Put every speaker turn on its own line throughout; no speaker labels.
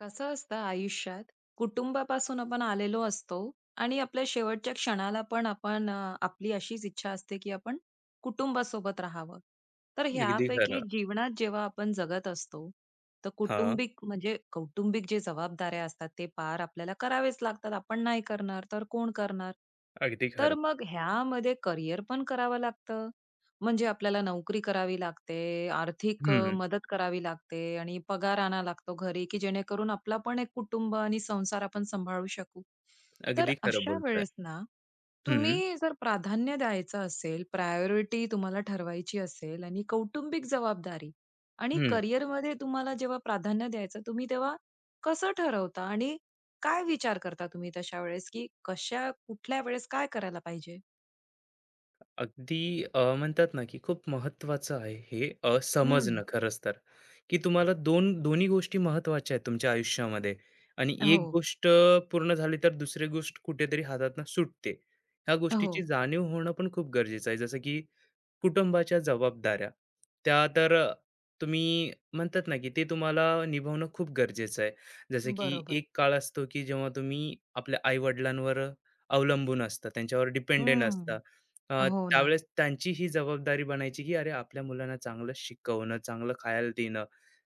कसं असतं आयुष्यात. कुटुंबापासून आपण आलेलो असतो आणि आपल्या शेवटच्या क्षणाला पण आपण आपली अशीच इच्छा असते की आपण कुटुंबासोबत राहावं. तर
अगदी
ह्यापैकी
खरं.
जीवनात जेव्हा आपण जगत असतो, तर
हां,
कुटुंबिक म्हणजे कौटुंबिक जे जबाबदाऱ्या असतात ते पार आपल्याला करावेच लागतात. आपण नाही करणार तर कोण करणार?
अगदी
तर
खरं.
मग ह्यामध्ये करिअर पण करावं लागतं. म्हणजे आपल्याला नोकरी करावी लागते, आर्थिक
हं,
मदत करावी लागते आणि पगार आणा लागतो घरी, की जेणेकरून आपला पण एक कुटुंब आणि संसार आपण सांभाळू शकू. तर
अगदी खरं
अशा
बोलताय.
वेळेस ना,
हं,
तुम्ही जर प्राधान्य द्यायचं असेल, प्रायोरिटी तुम्हाला ठरवायची असेल आणि कौटुंबिक जबाबदारी आणि
हं.
करिअरमध्ये तुम्हाला जेव्हा प्राधान्य द्यायचं, तुम्ही तेव्हा कसं ठरवता आणि काय विचार करता तुम्ही तशा वेळेस, की कशा कुठल्या वेळेस काय करायला पाहिजे?
म्हणतात ना, की खूप महत्त्वाचं आहे हे
हं.
समजणं खरंच तर, की तुम्हाला दोन्ही गोष्टी महत्त्वाच्या आहेत तुमच्या आयुष्यामध्ये आणि
हो,
एक गोष्ट पूर्ण झाली तर दुसरी गोष्ट कुठेतरी हातातनं सुटते. ह्या
हो.
गोष्टीची जाणीव होणं पण खूप गरजेचं आहे. जसं की कुटुंबाच्या जबाबदाऱ्या त्या तर तुम्ही म्हणतात ना की ते तुम्हाला निभावणं खूप गरजेचं आहे जसं की
बरोबर.
एक काळ असतो की जेव्हा तुम्ही आपल्या आई-वडिलांवर अवलंबून असता त्यांच्यावर डिपेंडेंट असता.
हम्म. हो ना.
त्यावेळेस त्यांची ही जबाबदारी बनायची की अरे आपल्या मुलांना चांगलं शिकवणं, चांगलं खायला देणं,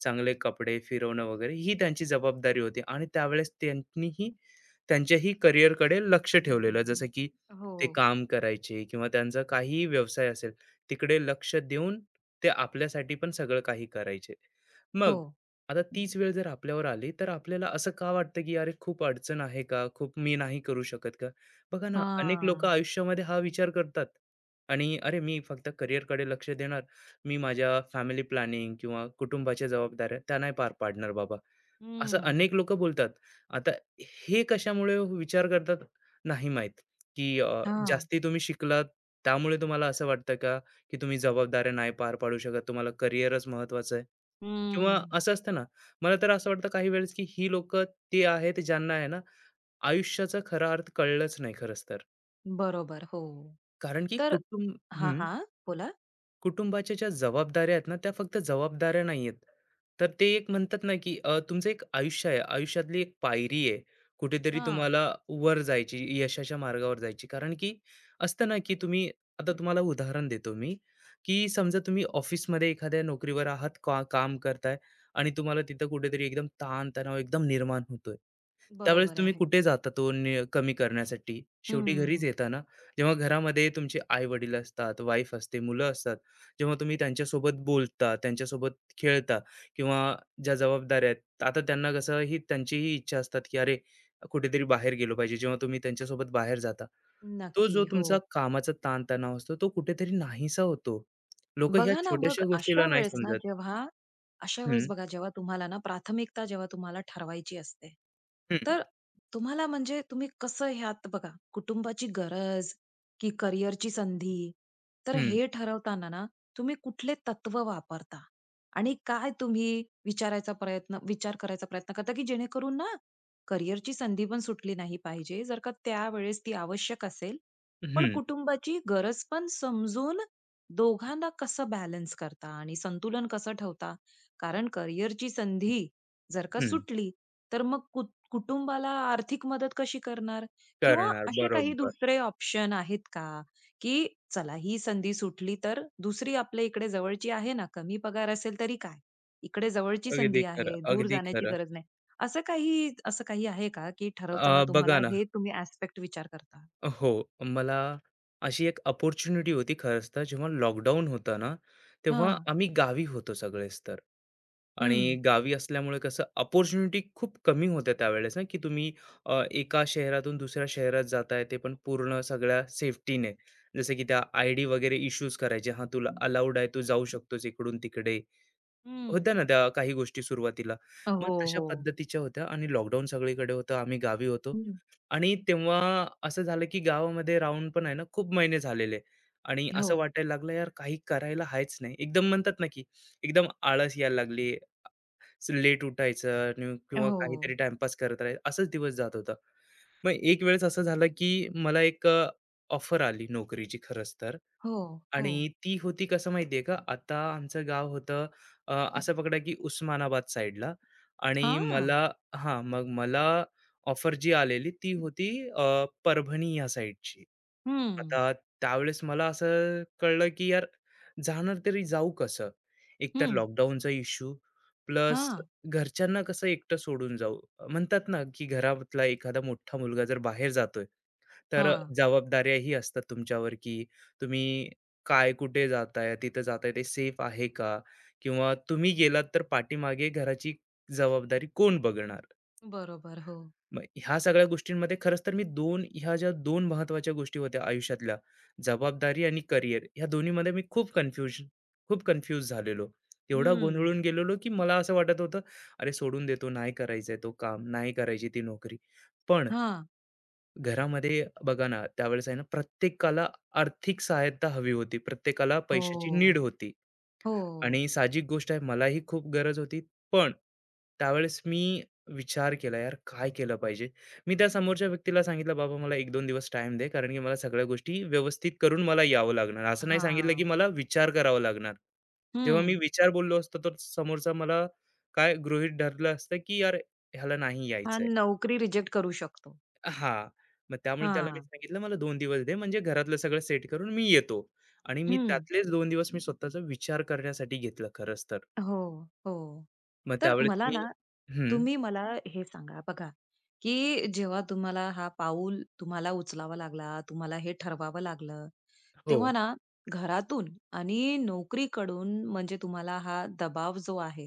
चांगले कपडे, फिरवणं वगैरे ही त्यांची जबाबदारी होती आणि त्यावेळेस त्यांनीही त्यांच्याही करिअरकडे लक्ष ठेवलेलं जसं की
हो.
ते काम करायचे किंवा त्यांचा काहीही व्यवसाय असेल तिकडे लक्ष देऊन ते आपल्यासाठी पण सगळं काही करायचे.
हो.
मग आता तीच वेळ जर आपल्यावर आली, तर आपल्याला असं का वाटतं, की "अरे, खूप अडचण आहे का? खूप मी नाही करू शकत का?" बघा ना, अनेक लोकं
हां.
आयुष्यामध्ये हा विचार करतात आणि "अरे, मी फक्त करिअरकडे लक्ष देणार. मी माझ्या फॅमिली प्लॅनिंग किंवा कुटुंबाच्या जबाबदाऱ्या त्या नाही पार पाडणार बाबा." असं
हं.
अनेक लोकं बोलतात. आता हे कशामुळे विचार करतात नाही माहीत, की
हां.
जास्ती तुम्ही शिकलात त्यामुळे तुम्हाला असं वाटतं का, की तुम्ही जबाबदाऱ्या नाही पार पाडू शकत, तुम्हाला करिअरच महत्त्वाचं आहे? किंवा
हं.
असं असतं ना, मला तर असं वाटतं काही वेळेस, की ही लोकं ते आहेत ज्यांना आहे ना, आयुष्याचा खरा अर्थ कळलाच नाही खरंच तर.
बरोबर. हो.
कारण की
तर
कुटुंब.
हां,
हं.
हां. बोला.
कुटुंबाच्या ज्या जबाबदाऱ्या आहेत ना, त्या फक्त जबाबदाऱ्या नाहीयेत. तर ते एक म्हणतात ना, की तुमचं एक आयुष्य आहे. आयुष्यातली एक पायरी आहे. कुठेतरी
हां.
तुम्हाला वर जायची, यशाच्या मार्गावर जायची. कारण की असतं ना, की तुम्ही आता तुम्हाला उदाहरण देतो मी, की समजा तुम्ही ऑफिसमध्ये एखाद्या नोकरीवर आहात, का काम करताय आणि तुम्हाला तिथं कुठेतरी एकदम ताण एकदम निर्माण होतोय. त्यावेळेस
बरोबर
तुम्ही
आहे.
कुठे जाता तो नि कमी करण्यासाठी? शेवटी घरीच
हं.
येता ना. जेव्हा घरामध्ये तुमचे आई-वडील असतात, वाईफ असते, मुलं असतात. जेव्हा तुम्ही त्यांच्यासोबत बोलता, त्यांच्यासोबत खेळता किंवा ज्या जबाबदाऱ्या आहेत, आता त्यांना कसं ही त्यांचीही इच्छा असतात, की अरे, कुठेतरी बाहेर गेलो पाहिजे. जेव्हा तुम्ही त्यांच्यासोबत बाहेर जाता, तो
नक्की.
जो
हो.
तुमचा कामाचा ताणतणाव असतो, तो कुठेतरी नाहीसा होतो. लोकं ह्या
बघा ना, मग
छोट्याशा गोष्टीला
अशा
नाही
वेळेस ना
समजत.
जेव्हा अशा वेळेस
हं,
बघा जेव्हा तुम्हाला ना प्राथमिकता जेव्हा तुम्हाला ठरवायची असते,
हं,
तर तुम्हाला म्हणजे तुम्ही कसं ह्यात बघा कुटुंबाची गरज की करिअरची संधी, तर
हं,
हे ठरवताना ना तुम्ही कुठले तत्व वापरता? आणि काय तुम्ही विचार करायचा प्रयत्न करता, की जेणेकरून ना करिअरची संधी पण सुटली नाही पाहिजे, जर का त्यावेळेस ती आवश्यक असेल, पण
हं,
कुटुंबाची गरज पण समजून दोघांना कसं बॅलन्स करता आणि संतुलन कसं ठेवता? कारण करिअरची संधी जर का
हं.
सुटली, तर मग कुटुंबाला आर्थिक मदत कशी करणार? किंवा
करणार.
असे काही
बरोबर.
दुसरे ऑप्शन आहेत का, की चला ही संधी सुटली, तर दुसरी आपल्या इकडे जवळची आहे ना, कमी पगार असेल तरी काय? इकडे जवळची
अगदी
संधी
खरं,
आहे, दूर
अगदी
जाण्याची
खरं.
गरज नाही. असं काही आहे का, की ठरवताना तुम्हाला
बघा ना.
हे तुम्ही ॲस्पेक्ट विचार करता?
हो, मला अशी एक अपॉर्च्युनिटी होती खरंच तर जेव्हा लॉकडाऊन होतं ना, तेव्हा
हां.
आम्ही गावी होतो सगळेच तर. आणि
हं.
गावी असल्यामुळे कसं अपॉर्च्युनिटी खूप कमी होत्या त्यावेळेस ना, की तुम्ही एका शहरातून दुसऱ्या शहरात जाताय ते पण पूर्ण सगळ्या सेफ्टीने. जसं की त्या आय-डी वगैरे इश्यूज करायचे. हां, तुला अलाउड आहे, तू जाऊ शकतोस इकडून तिकडे.
हं.
होत्या ना त्या काही गोष्टी सुरुवातीला. मग
हो,
तशा
हो.
पद्धतीच्या होत्या आणि लॉकडाऊन सगळीकडे होतं. आम्ही गावी होतो आणि तेव्हा असं झालं, की गावामध्ये राहून पण आहे ना खूप महिने झालेले आणि
हो,
असं वाटायला लागलं, यार काही करायला आहेच नाही. एकदम म्हणतात ना, की एकदम आळस यायला लागली. लेट उठायचं आणि किंवा
हो,
काहीतरी टाईमपास करत राहायचं. असाच दिवस जात होता. मग एक वेळेस असं झालं, की मला एक ऑफर आली नोकरीची खरंच तर.
हो, हो.
आणि ती होती कसं माहितीये का, आता आमचं गाव होतं अ, असं पकडा की उस्मानाबाद साइडला आणि
हां.
मला हां, मग मला ऑफर जी आलेली ती होती परभणी या साइडची.
हं,
आता त्यावेळेस मला असं कळलं की यार जाणार तरी जाऊ कसं? एकतर
हं.
लॉकडाऊनचा इश्यू प्लस
हां,
घरच्यांना कसं एकटं सोडून जाऊ? म्हणतात ना की घरातला एखादा मोठा मुलगा जर बाहेर जातोय, तर
हां.
जबाबदाऱ्याही असतात तुमच्यावर की तुम्ही काय, कुठे जाताय, तिथं जाताय ते सेफ आहे का? किंवा तुम्ही गेलात तर पाठीमागे घराची जबाबदारी कोण बघणार?
बरोबर. हो.
मग ह्या सगळ्या गोष्टींमध्ये खरंच तर मी ह्या ज्या दोन महत्त्वाच्या गोष्टी होत्या आयुष्यातल्या, जबाबदारी आणि करियर ह्या दोन्हीमध्ये मी खूप कन्फ्यूज झालेलो. एवढा
हं.
गोंधळून गेलेलो, की मला असं वाटत होतं, "अरे सोडून देतो, नाही करायचंय तो काम, नाही करायची ती नोकरी." पण
हां.
घरामध्ये बघा ना, त्यावेळेस आहे ना, प्रत्येकाला आर्थिक सहायता हवी होती. प्रत्येकाला पैशाची नीड
हो,
होती.
हो.
आणि साहजिक गोष्ट आहे मलाही खूप गरज होती. पण त्यावेळेस मी विचार केला, यार काय केलं पाहिजे? मी त्या समोरच्या व्यक्तीला सांगितलं, "बाबा मला एक दोन दिवस टाईम दे, कारण की मला सगळ्या गोष्टी व्यवस्थित करून मला यावं लागणार." असं नाही सांगितलं, की
हां.
मला विचार करावा लागणार. जेव्हा मी
हं.
विचार बोललो असतो, तर समोरचा मला काय गृहीत धरलं असतं, की यार ह्याला नाही यायचंय.
आणि नोकरी रिजेक्ट करू शकतो.
हां, मग त्यामुळे त्याला मी
हां.
सांगितलं, "मला 2 दिवस दे, म्हणजे घरातलं सगळं सेट करून मी येतो." आणि मी
हं.
त्यातलेच 2 दिवस मी स्वतःचा विचार करण्यासाठी घेतलं खरंच तर.
हो, हो.
मग
तर
त्यावेळेस
मला
मी
ना,
हं,
तुम्ही मला हे सांगा बघा, की जेव्हा तुम्हाला हा पाऊल तुम्हाला उचलावा लागला, तुम्हाला हे ठरवावं लागलं,
हो,
तेव्हा ना घरातून आणि नोकरीकडून म्हणजे तुम्हाला हा दबाव जो आहे,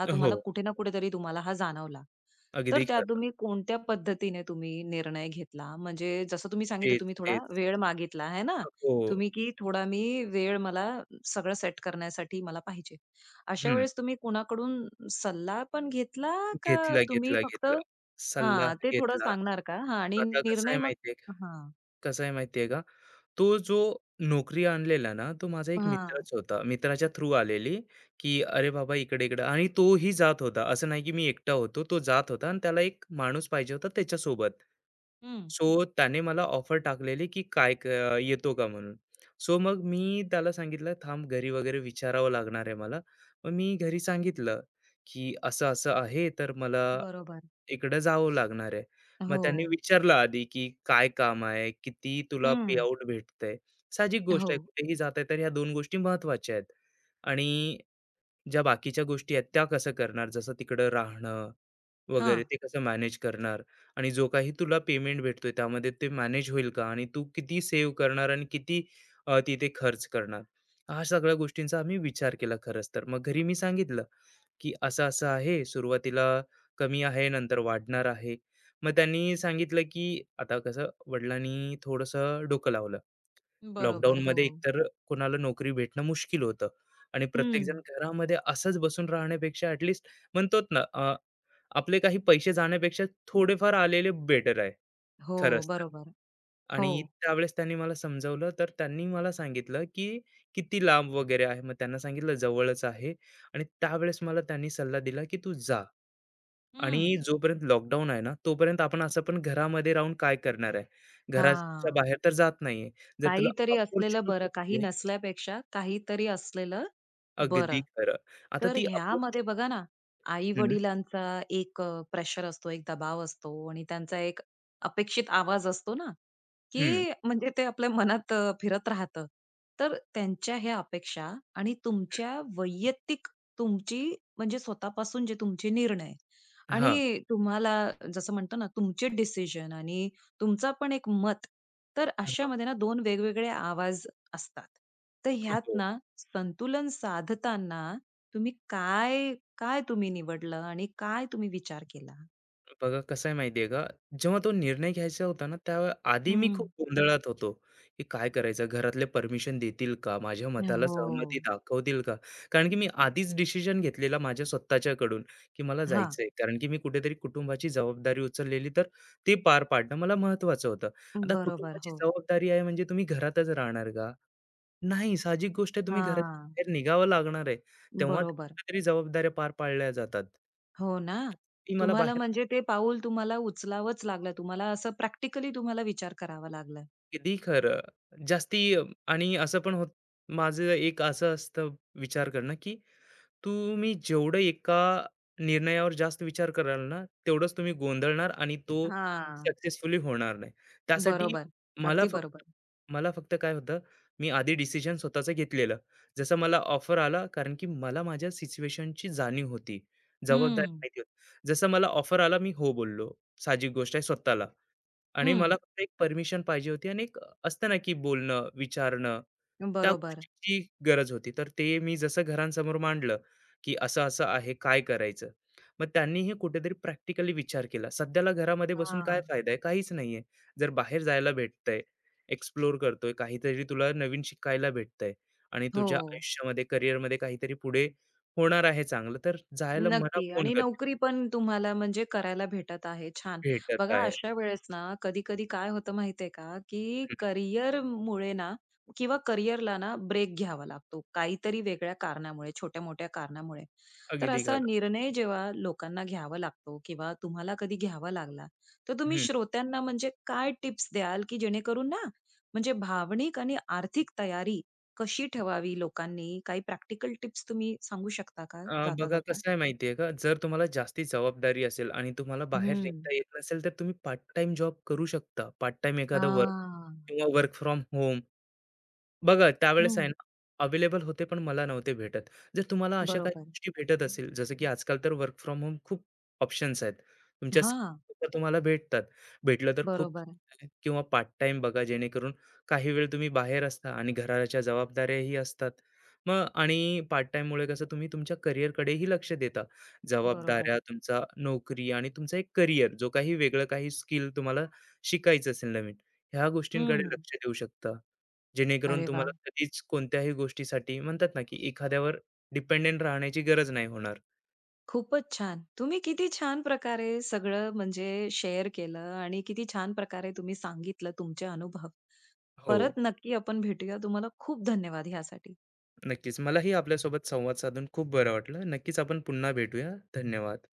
हा तुम्हाला
हो.
कुठे ना कुठेतरी तुम्हाला हा जाणवला. तर
अगदी
त्यात
खरं.
तुम्ही कोणत्या पद्धतीने तुम्ही निर्णय घेतला? म्हणजे जसं तुम्ही सांगितलं
तेच,
तुम्ही थोडा
तेच.
वेळ मागितला, है ना?
हो.
तुम्ही की थोडा मी वेळ मला सगळं सेट करण्यासाठी मला पाहिजे. अशा
हं.
वेळेस तुम्ही कुणाकडून सल्ला पण घेतला का
घेतला,
तुम्ही
घेतला,
फक्त
घेतला. सल्ला
हां, ते थोडं
घेतला.
सांगणार का? हां आणि
आता कसं
निर्णय
आहे
मग
माहिती
हां,
कसं आहे माहिती का? तो जो नोकरी आणलेला ना, तो माझा एक
हां.
मित्रच होता. मित्राच्या थ्रू आलेली, की "अरे बाबा, इकडे-इकडे" आणि तोही जात होता. असं नाही की मी एकटा होतो. तो जात होता आणि त्याला एक माणूस पाहिजे होता त्याच्यासोबत.
हं.
सो त्याने मला ऑफर टाकलेली, की "काय क येतो का?" म्हणून. सो मग मी त्याला सांगितलं, "थांब, घरी वगैरे विचारावं लागणार आहे मला." मग मी घरी सांगितलं, की "असं-असं आहे, तर मला"
बरोबर.
इकडं जावं लागणार आहे. मग
हो.
त्यांनी विचारलं आधी, की "काय काम आहे? किती तुला
हं.
पे-आउट भेटतंय?" साहजिक गोष्ट
हो.
आहे, कुठेही जात आहे, तर ह्या दोन गोष्टी महत्त्वाच्या आहेत. आणि ज्या बाकीच्या गोष्टी आहेत, त्या कसं करणार? जसं तिकडं राहणं वगैरे,
हां.
ते कसं मॅनेज करणार? आणि जो काही तुला पेमेंट भेटतोय, त्यामध्ये ते मॅनेज होईल का? आणि तू किती सेव्ह करणार आणि किती तिथे खर्च करणार? ह्या सगळ्या गोष्टींचा आम्ही विचार केला खरंच तर. मग घरी मी सांगितलं. की असं-असं आहे, सुरुवातीला कमी आहे, नंतर वाढणार आहे. मग त्यांनी सांगितलं की आता कसं वडिलांनी थोडंसं डोकं लावलं.
बरोबर. हो.
लॉकडाऊनमध्ये एकतर कोणाला नोकरी भेटणं मुश्किल होतं आणि प्रत्येकजण
हं.
घरामध्ये असंच बसून राहण्यापेक्षा ॲटलीस्ट म्हणतोत ना, आपले काही पैसे जाण्यापेक्षा थोडेफार आलेले बेटर आहे.
हो.
खरंच
बरोबर. हो.
आणि त्यावेळेस त्यांनी मला समजावलं, तर त्यांनी मला सांगितलं, की किती लांब वगैरे आहे. मग त्यांना सांगितलं जवळच आहे आणि त्यावेळेस मला त्यांनी सल्ला दिला, की "तू जा आणि
हं.
जोपर्यंत लॉकडाऊन आहे ना, तोपर्यंत आपण असं पण घरामध्ये राहून काय करणार आहे? घराच्या
हां.
बाहेर तर जात नाहीये. जर तुला
काहीतरी असलेलं
अपॉर्च्युनिटी
बरं, काही नसल्यापेक्षा काहीतरी असलेलं
अगदी
बरं.
खरं. आता
तर
ती अपॉर्च्युनिटी
ह्यामध्ये बघा ना,
हं,
आई-वडिलांचा एक प्रेशर असतो, एक दबाव असतो आणि त्यांचा एक अपेक्षित आवाज असतो ना,
हं.
की म्हणजे ते आपल्या मनात फिरत राहतं. तर त्यांच्या ह्या अपेक्षा आणि तुमच्या वैयक्तिक तुमची म्हणजे स्वतःपासून जे तुमचे निर्णय आणि तुम्हाला जसं म्हणतो ना, तुमचे डिसिजन आणि तुमचा पण एक मत. तर अशामध्ये ना दोन वेगवेगळे आवाज असतात. तर ह्यात
हो.
ना संतुलन साधताना तुम्ही काय, काय तुम्ही निवडलं आणि काय तुम्ही विचार केला?
बघा कसं आहे माहिती आहे का, जेव्हा तो निर्णय घ्यायचा होता ना, त्या आधी मी
हं.
खूप गोंधळात होतो, की काय करायचं? घरातले परमिशन देतील का? माझ्या मताला
हो.
सहमती दाखवतील का? कारण की मी आधीच डिसिजन घेतलेला माझ्या स्वतःच्याकडून, की मला
हां.
जायचं कारण की मी कुठेतरी कुटुंबाची जबाबदारी उचललेली, तर ती पार पाडणं मला महत्त्वाचं होतं. आता
बरोबर.
कुटुंबाची
हो.
जबाबदारी आहे म्हणजे तुम्ही घरातच राहणार का? नाही, साहजिक गोष्ट आहे तुम्ही घराच्या
हां.
बाहेर निघावं लागणार आहे. तेव्हा
बरोबर.
कुठेतरी जबाबदाऱ्या पार पाडल्या जातात.
हो ना.
ती मला
तुम्हाला
बाहेर
म्हणजे ते पाऊल तुम्हाला उचलावंच लागलं. तुम्हाला असं प्रॅक्टिकली तुम्हाला विचार करावा लागला.
अगदी खरं. जास्ती आणि असं पण होत माझं एक असं असतं विचार करणं, की तुम्ही जेवढं एका निर्णयावर जास्त विचार कराल ना, तेवढंच तुम्ही गोंधळणार आणि तो
हां.
सक्सेसफुली होणार नाही. त्यासाठी
बरोबर.
मला
अगदी बरोबर.
फक्त मला फक्त काय होतं, मी आधी डिसिजन स्वतःचं घेतलेलं. जसं मला ऑफर आला कारण की मला माझ्या सिच्युएशनची जाणीव होती. जबाबदारी
हं.
माहिती होती. जसं मला ऑफर आला, मी हो बोललो. साहजिक गोष्ट आहे स्वतःला. आणि
हं.
मला फक्त एक परमिशन पाहिजे होती आणि एक असतं ना, की बोलणं, विचारणं, त्या
बरोबर.
गोष्टीची गरज होती. तर ते मी जसं घरांसमोर मांडलं, की असं-असं आहे, काय करायचं? मग त्यांनीही कुठेतरी प्रॅक्टिकली विचार केला. सध्याला घरामध्ये बसून काय
हां.
फायदा आहे? काहीच नाहीये. जर बाहेर जायला भेटतंय, एक्सप्लोर करतोय, काहीतरी तुला नवीन शिकायला भेटतंय आणि
हो.
तुझ्या आयुष्यामध्ये, करिअरमध्ये काहीतरी पुढे होणार आहे चांगलं, तर जायला मना
नक्की
कोण
आणि
करतं?
नोकरी पण तुम्हाला म्हणजे करायला भेटत आहे. छान.
भेटत
बघा
आहे.
अशा वेळेस ना, कधी-कधी काय होतं माहितीये का, की
हं,
करिअर मुळे ना किंवा करिअरला ना ब्रेक घ्यावा लागतो. काहीतरी वेगळ्या कारणामुळे, छोट्या-मोठ्या कारणामुळे. तर
अगदी
असा
खरं.
निर्णय जेव्हा लोकांना घ्यावा लागतो किंवा तुम्हाला कधी घ्यावा लागला, तर तुम्ही
हं.
श्रोत्यांना म्हणजे काय टिप्स द्याल, की जेणेकरून ना म्हणजे भावनिक आणि आर्थिक तयारी कशी ठेवावी लोकांनी? काही प्रॅक्टिकल टिप्स तुम्ही सांगू शकता का
अ, बघा
जाता-जाता?
कसं आहे माहिती का, जर तुम्हाला जास्ती जबाबदारी असेल आणि तुम्हाला बाहेर
हं.
निघता येत नसेल, तर तुम्ही पार्ट टाइम जॉब करू शकता. पार्ट टाईम एखादा वर्क
हां.
किंवा वर्क फ्रॉम होम बघा त्यावेळेस आहे
हं.
ना, अवेलेबल होते पण मला नव्हते भेटत. जर तुम्हाला अशा काही
बरोबर.
गोष्टी भेटत असेल, जसं की आजकाल तर वर्क फ्रॉम होम खूप ऑप्शन्स आहेत. तुमच्या
हां.
स्किलनुसार तुम्हाला भेटतात. भेटलं तर खूप
बरोबर,
छान आहे. किंवा पार्ट टाईम बघा जेणेकरून काही वेळ तुम्ही बाहेर असता आणि घराच्या जबाबदाऱ्याही असतात. मग आणि पार्ट टाईममुळे कसं तुम्ही तुमच्या करिअरकडेही लक्ष देता.
बरोबर.
जबाबदाऱ्या, तुमचा नोकरी आणि तुमचा एक करिअर जो काही वेगळं काही स्किल तुम्हाला शिकायचं असेल नवीन, ह्या गोष्टींकडे
हं.
लक्ष देऊ शकता. जेणेकरून
अरे
तुम्हाला
वाह!
कधीच कोणत्याही गोष्टीसाठी म्हणतात ना, की एखाद्यावर डिपेंडेंट राहण्याची गरज नाही होणार.
खूपच छान. तुम्ही किती छान प्रकारे सगळं म्हणजे शेअर केलं आणि किती छान प्रकारे तुम्ही सांगितलं तुमचे अनुभव.
हो,
परत नक्की आपण भेटूया. तुम्हाला खूप धन्यवाद ह्यासाठी.
नक्कीच. मलाही आपल्यासोबत संवाद साधून खूप बरं वाटलं. नक्कीच आपण पुन्हा भेटूया. धन्यवाद.